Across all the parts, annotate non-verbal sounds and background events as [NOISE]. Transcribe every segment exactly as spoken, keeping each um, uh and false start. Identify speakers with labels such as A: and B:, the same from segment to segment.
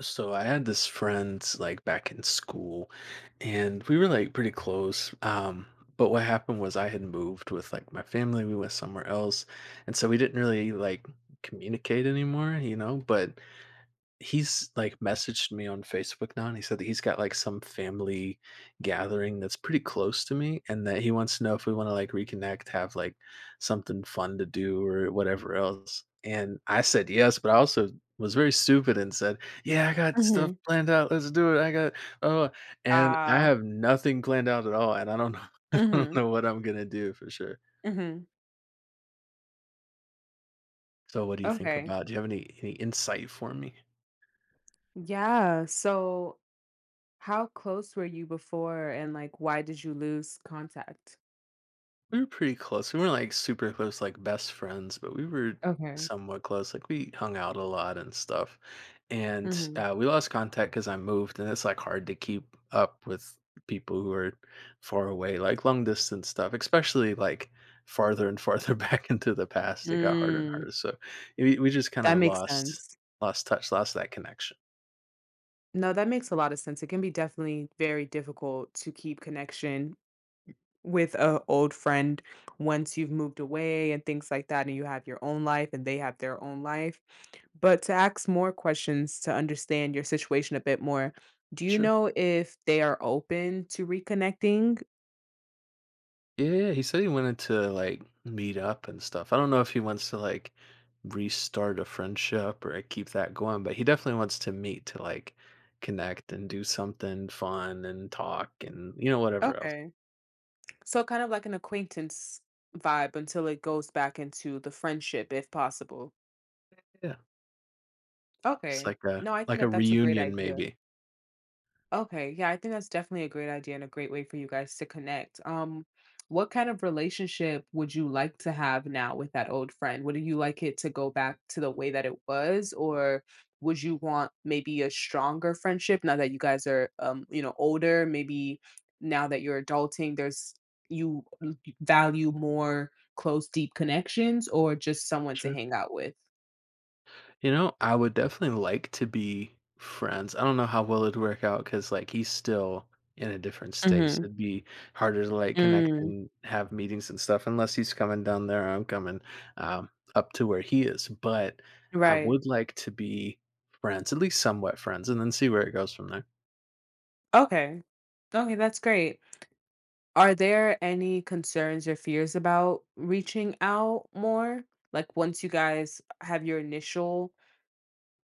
A: So I had this friend like back in school and we were like pretty close. Um, but what happened was I had moved with like my family, we went somewhere else, and so we didn't really like communicate anymore, you know, but he's like messaged me on Facebook now and he said that he's got like some family gathering that's pretty close to me and that he wants to know if we want to like reconnect, have like something fun to do or whatever else. And I said yes, but I also was very stupid and said, "Yeah, I got stuff
B: Mhm.
A: planned out. Let's do it. I got oh and I
B: Ah.
A: have nothing planned out at all and I don't know [LAUGHS] I don't
B: Mhm.
A: know what I'm gonna do for sure."
B: Mhm.
A: So what do you think
B: Okay.
A: about? Do you have any any insight for me?
B: Yeah, so how close were you before and, like, why did you lose contact?
A: We were pretty close. We weren't like super close, like best friends, but we were
B: Okay.
A: somewhat close. Like we hung out a lot and stuff. And
B: Mhm.
A: uh, We lost contact because I moved, and it's like hard to keep up with people who are far away, like long distance stuff, especially like farther and farther [LAUGHS] back into the past. It got harder and
B: Mm,
A: harder. So we, we just kind
B: that
A: of
B: makes
A: lost
B: sense.
A: lost touch, lost that connection.
B: No, that makes a lot of sense. It can be definitely very difficult to keep connection with a old friend once you've moved away and things like that and you have your own life and they have their own life, but to ask more questions to understand your situation a bit more, do you
A: Sure.
B: know if they are open to reconnecting?
A: Yeah, yeah, yeah, he said he wanted to, like, meet up and stuff. I don't know if he wants to, like, restart a friendship or like, keep that going, but he definitely wants to meet to, like, connect and do something fun and talk and, you know, whatever else.
B: Okay, so kind of like an acquaintance vibe until it goes back into the friendship if possible.
A: Yeah, just
B: Okay.
A: like a
B: No, I think
A: like a
B: that that's a great
A: reunion
B: idea.
A: maybe.
B: Okay, yeah, I think that's definitely a great idea and a great way for you guys to connect. Um, what kind of relationship would you like to have now with that old friend? Would you like it to go back to the way that it was, or would you want maybe a stronger friendship now that you guys are, um, you know, older? Maybe now that you're adulting, there's you l- value more close, deep connections, or just someone to
A: Sure.
B: hang out with?
A: You know, I would definitely like to be friends. I don't know how well it'd work out because like he's still in a different state.
B: Mm-hmm.
A: So it'd be harder to like connect
B: Mm,
A: and have meetings and stuff unless he's coming down there, or I'm coming um, up to where he is. But I
B: right.
A: would like to be friends, at least somewhat friends, and then see where it goes from there.
B: Okay. Okay, that's great. Are there any concerns or fears about reaching out more? Like once you guys have your initial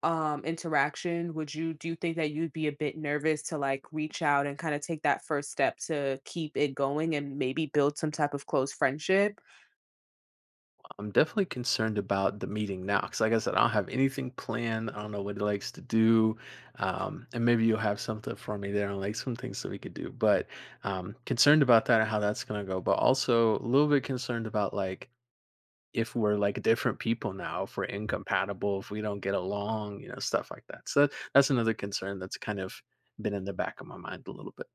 B: um interaction, would you do you think that you'd be a bit nervous to like reach out and kind of take that first step to keep it going and maybe build some type of close friendship?
A: I'm definitely concerned about the meeting now because, like I said, I don't have anything planned. I don't know what he likes to do, um, and maybe you'll have something for me there, and like some things that we could do. But um, concerned about that and how that's gonna go. But also a little bit concerned about like if we're like different people now, if we're incompatible, if we don't get along, you know, stuff like that. So that's another concern that's kind of been in the back of my mind a little bit.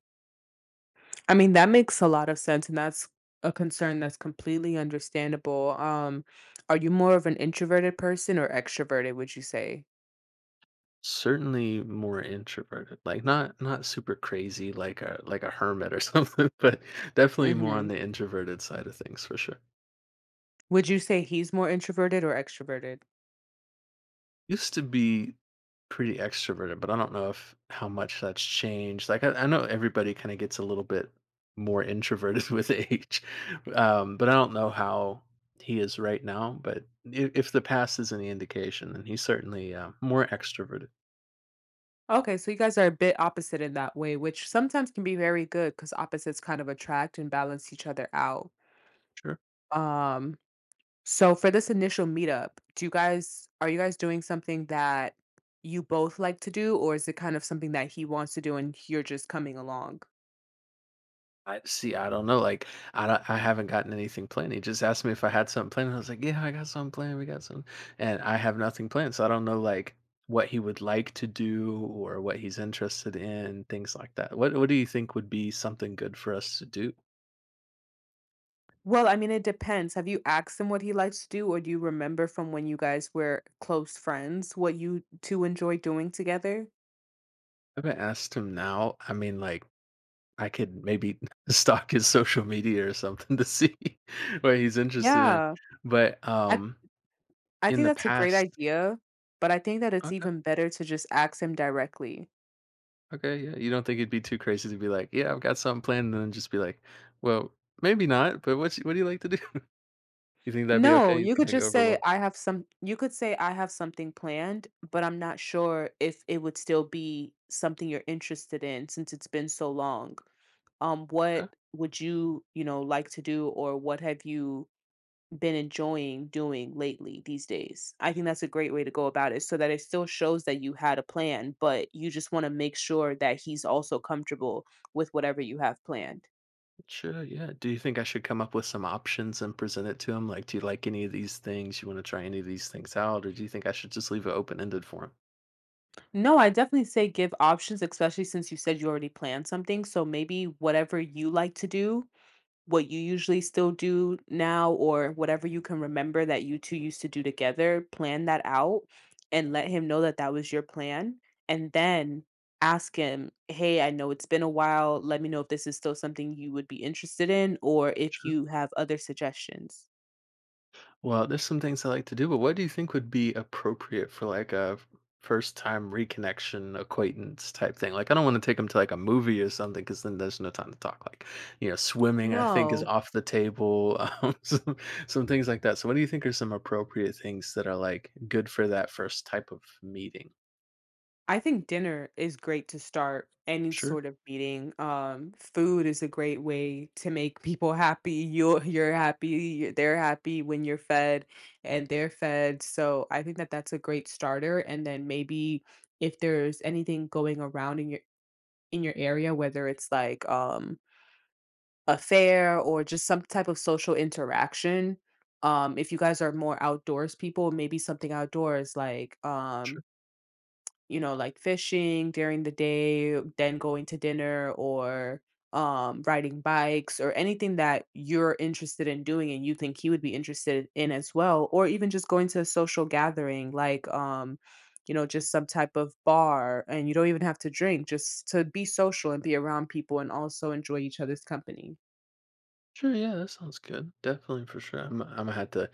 B: I mean, that makes a lot of sense and that's a concern that's completely understandable. Um are you more of an introverted person or extroverted, would you say?
A: Certainly more introverted, like, not not super crazy like a like a hermit or [LAUGHS] something, but definitely more on
B: Mhm.
A: the introverted side of things for sure.
B: Would you say he's more introverted or extroverted?
A: Used to be pretty extroverted, but I don't know if how much that's changed. Like, I I know everybody kinda gets a little bit more introverted [LAUGHS] with age, um, but I don't know how he is right now, but I if the past is any indication, then he's certainly, uh, more extroverted.
B: Okay, so you guys are a bit opposite in that way, which sometimes can be very good because opposites kind of attract and balance each other out.
A: Sure.
B: Um, so for this initial meetup, do you guys are you guys doing something that you both like to do, or is it kind of something that he wants to do and you're just coming along?
A: I see, I don't know, like, I don't I haven't gotten anything planned. He just asked me if I had something planned, and I was like, "Yeah, I got something planned, we got some," and I have nothing planned, so I don't know, like, what he would like to do or what he's interested in, things like that. What what do you think would be something good for us to do?
B: Well, I mean, it depends. Have you asked him what he likes to do, or do you remember from when you guys were close friends what you two enjoy doing together?
A: I haven't asked him now. I mean, like, I could maybe [LAUGHS] stalk his social media or something to see [LAUGHS] what he's interested in,
B: Yeah.
A: but,
B: I.
A: um,
B: I
A: in
B: think
A: the
B: that's a great
A: past.
B: idea, but I think that it's
A: Okay.
B: even better to just ask him directly.
A: Okay, yeah. You don't think it'd be too crazy to be like, "Yeah, I've got something planned," and then just be like, "Well, maybe not, but what's what do you like to do?" [LAUGHS] You think that'd be
B: No,
A: okay? You
B: you
A: think
B: could
A: that'd go
B: just
A: over
B: say,
A: well?
B: I have some, you could say, I have something planned, but I'm not sure if it would still be something you're interested in since it's been so long. Um, what
A: Okay,
B: would you, you know, like to do or what have you been enjoying doing lately these days? I think that's a great way to go about it so that it still shows that you had a plan, but you just want to make sure that he's also comfortable with whatever you have planned.
A: sure, yeah. Do you think I should come up with some options and present it to him? Like, do you like any of these things? You want to try any of these things out, or do you think I should just leave it open ended for him?
B: No, I definitely say give options, especially since you said you already planned something. So maybe whatever you like to do, what you usually still do now, or whatever you can remember that you two used to do together, plan that out and let him know that that was your plan. And then ask him, hey, I know it's been a while. Let me know if this is still something you would be interested in or if you have other suggestions.
A: Well, there's some things I like to do, but what do you think would be appropriate for like a f- first time reconnection acquaintance type thing? Like, I don't want to take them to like a movie or something because then there's no time to talk. Like, you know, swimming, I think, is
B: No,
A: off the table, [LAUGHS] um, some, some things like that. So, what do you think are some appropriate things that are like good for that first type of meeting?
B: I think dinner is great to start any
A: Sure.
B: sort of meeting. Um, food is a great way to make people happy. You're you're happy. You they're happy when you're fed, and they're fed. So I think that that's a great starter. And then maybe if there's anything going around in your in your area, whether it's like um, a fair or just some type of social interaction. Um, if you guys are more outdoors people, maybe something outdoors like um, you know, like fishing during the day, then going to dinner or um riding bikes or anything that you're interested in doing and you think he would be interested in as well, or even just going to a social gathering like um you know just some type of bar, and you don't even have to drink, just to be social and be around people and also enjoy each other's company.
A: Sure, yeah, that sounds good. Definitely for sure. I'm, I'm gonna have to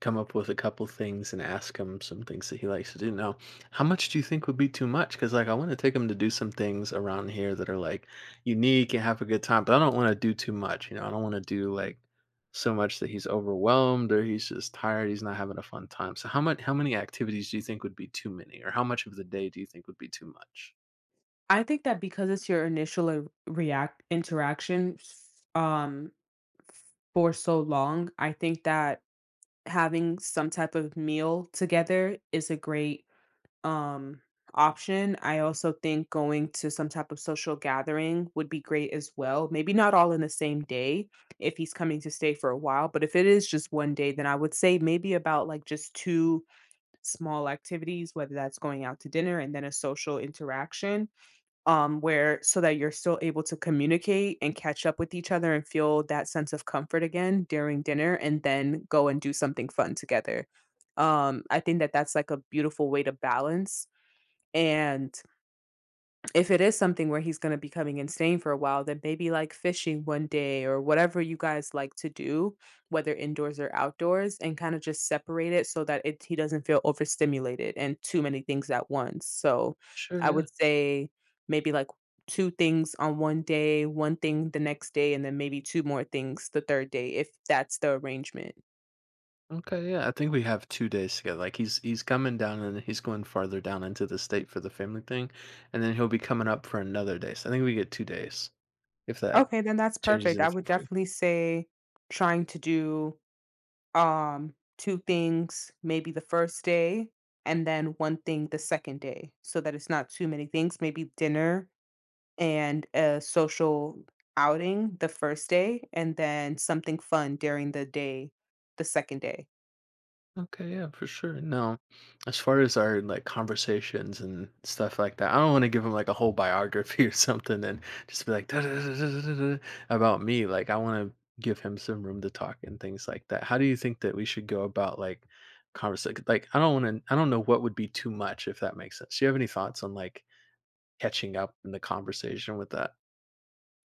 A: come up with a couple things and ask him some things that he likes to do. Now, how much do you think would be too much? Because like I want to take him to do some things around here that are like unique and have a good time, but I don't want to do too much. You know, I don't want to do like so much that he's overwhelmed or he's just tired. He's not having a fun time. So how much? How many activities do you think would be too many, or how much of the day do you think would be too much?
B: I think that, because it's your initial uh, react interaction f- um f- for so long, I think that having some type of meal together is a great, um, option. I also think going to some type of social gathering would be great as well. Maybe not all in the same day if he's coming to stay for a while, but if it is just one day, then I would say maybe about, like, just two small activities, whether that's going out to dinner and then a social interaction um, where so that you're still able to communicate and catch up with each other and feel that sense of comfort again during dinner and then go and do something fun together. Um, I think that that's like a beautiful way to balance. And if it is something where he's gonna be coming and staying for a while, then maybe, like, fishing one day or whatever you guys like to do, whether indoors or outdoors, and kinda just separate it so that it he doesn't feel overstimulated and too many things at once. So,
A: Sure,
B: I
A: yeah.
B: would say maybe, like, two things on one day, one thing the next day, and then maybe two more things the third day if that's the arrangement.
A: Okay, yeah, I think we have two days together. Like he's he's coming down and he's going farther down into the state for the family thing, and then he'll be coming up for another day. So I think we get two days if that
B: Okay, then that's
A: changes
B: perfect. I would
A: anything for you.
B: definitely say trying to do um two things maybe the first day and then one thing the second day so that it's not too many things, maybe dinner and a social outing the first day and then something fun during the day the second day.
A: Okay, yeah, for sure. No, as far as our like conversations and stuff like that, I don't want to give him like a whole biography [LAUGHS] or something and just be like, "Da, da, da, da, da, da, da," about me. Like, I want to give him some room to talk and things like that. How do you think that we should go about like conversation? Like, I don't want to. I don't know what would be too much if that makes sense. Do you have any thoughts on like catching up in the conversation with that?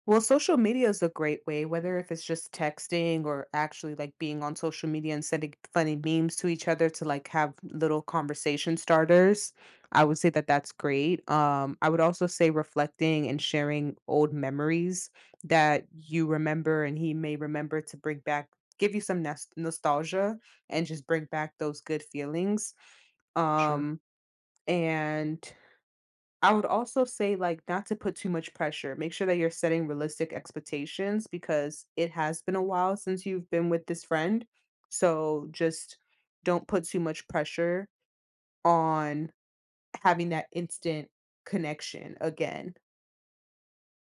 B: Well, social media is a great way, whether if it's just texting or actually like being on social media and sending funny memes to each other to like have little conversation starters. I would say that that's great. Um, I would also say reflecting and sharing old memories that you remember and he may remember to bring back, give you some nos- nostalgia and just bring back those good feelings.
A: Sure.
B: Um, and I would also say, like, not to put too much pressure. Make sure that you're setting realistic expectations because it has been a while since you've been with this friend. So just don't put too much pressure on having that instant connection again.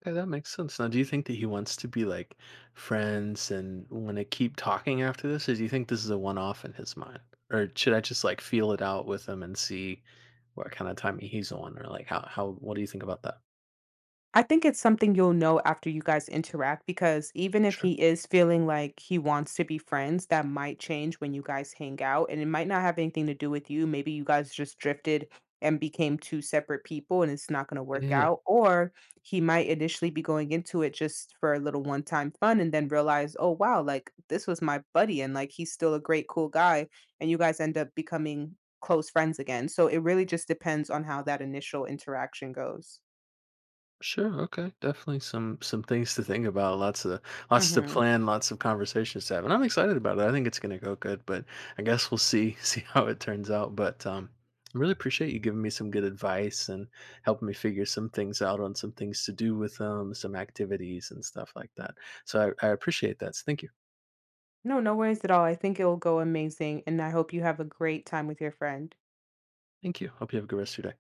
A: Okay, that makes sense. Now, do you think that he wants to be like friends and want to keep talking after this, or do you think this is a one-off in his mind? Or should I just like feel it out with him and see what kind of time he's on, or like how how what do you think about that?
B: I think it's something you'll know after you guys interact because even if
A: Sure.
B: he is feeling like he wants to be friends, that might change when you guys hang out and it might not have anything to do with you. Maybe you guys just drifted and became two separate people and it's not going to work
A: Yeah.
B: out. Or he might initially be going into it just for a little one time fun and then realize, oh, wow, like this was my buddy and like he's still a great, cool guy. And you guys end up becoming close friends again. So it really just depends on how that initial interaction goes.
A: Sure, okay. Definitely some some things to think about, lots of lots to
B: Mhm.
A: plan, lots of conversations to have. And I'm excited about it. I think it's gonna go good, but I guess we'll see [LAUGHS] see how it turns out. But um I really appreciate you giving me some good advice and helping me figure some things out on some things to do with them, some activities and stuff like that. So I, I appreciate that. So thank you.
B: No, no worries at all. I think it'll go amazing, and I hope you have a great time with your friend.
A: Thank you. Hope you have a good rest of your day.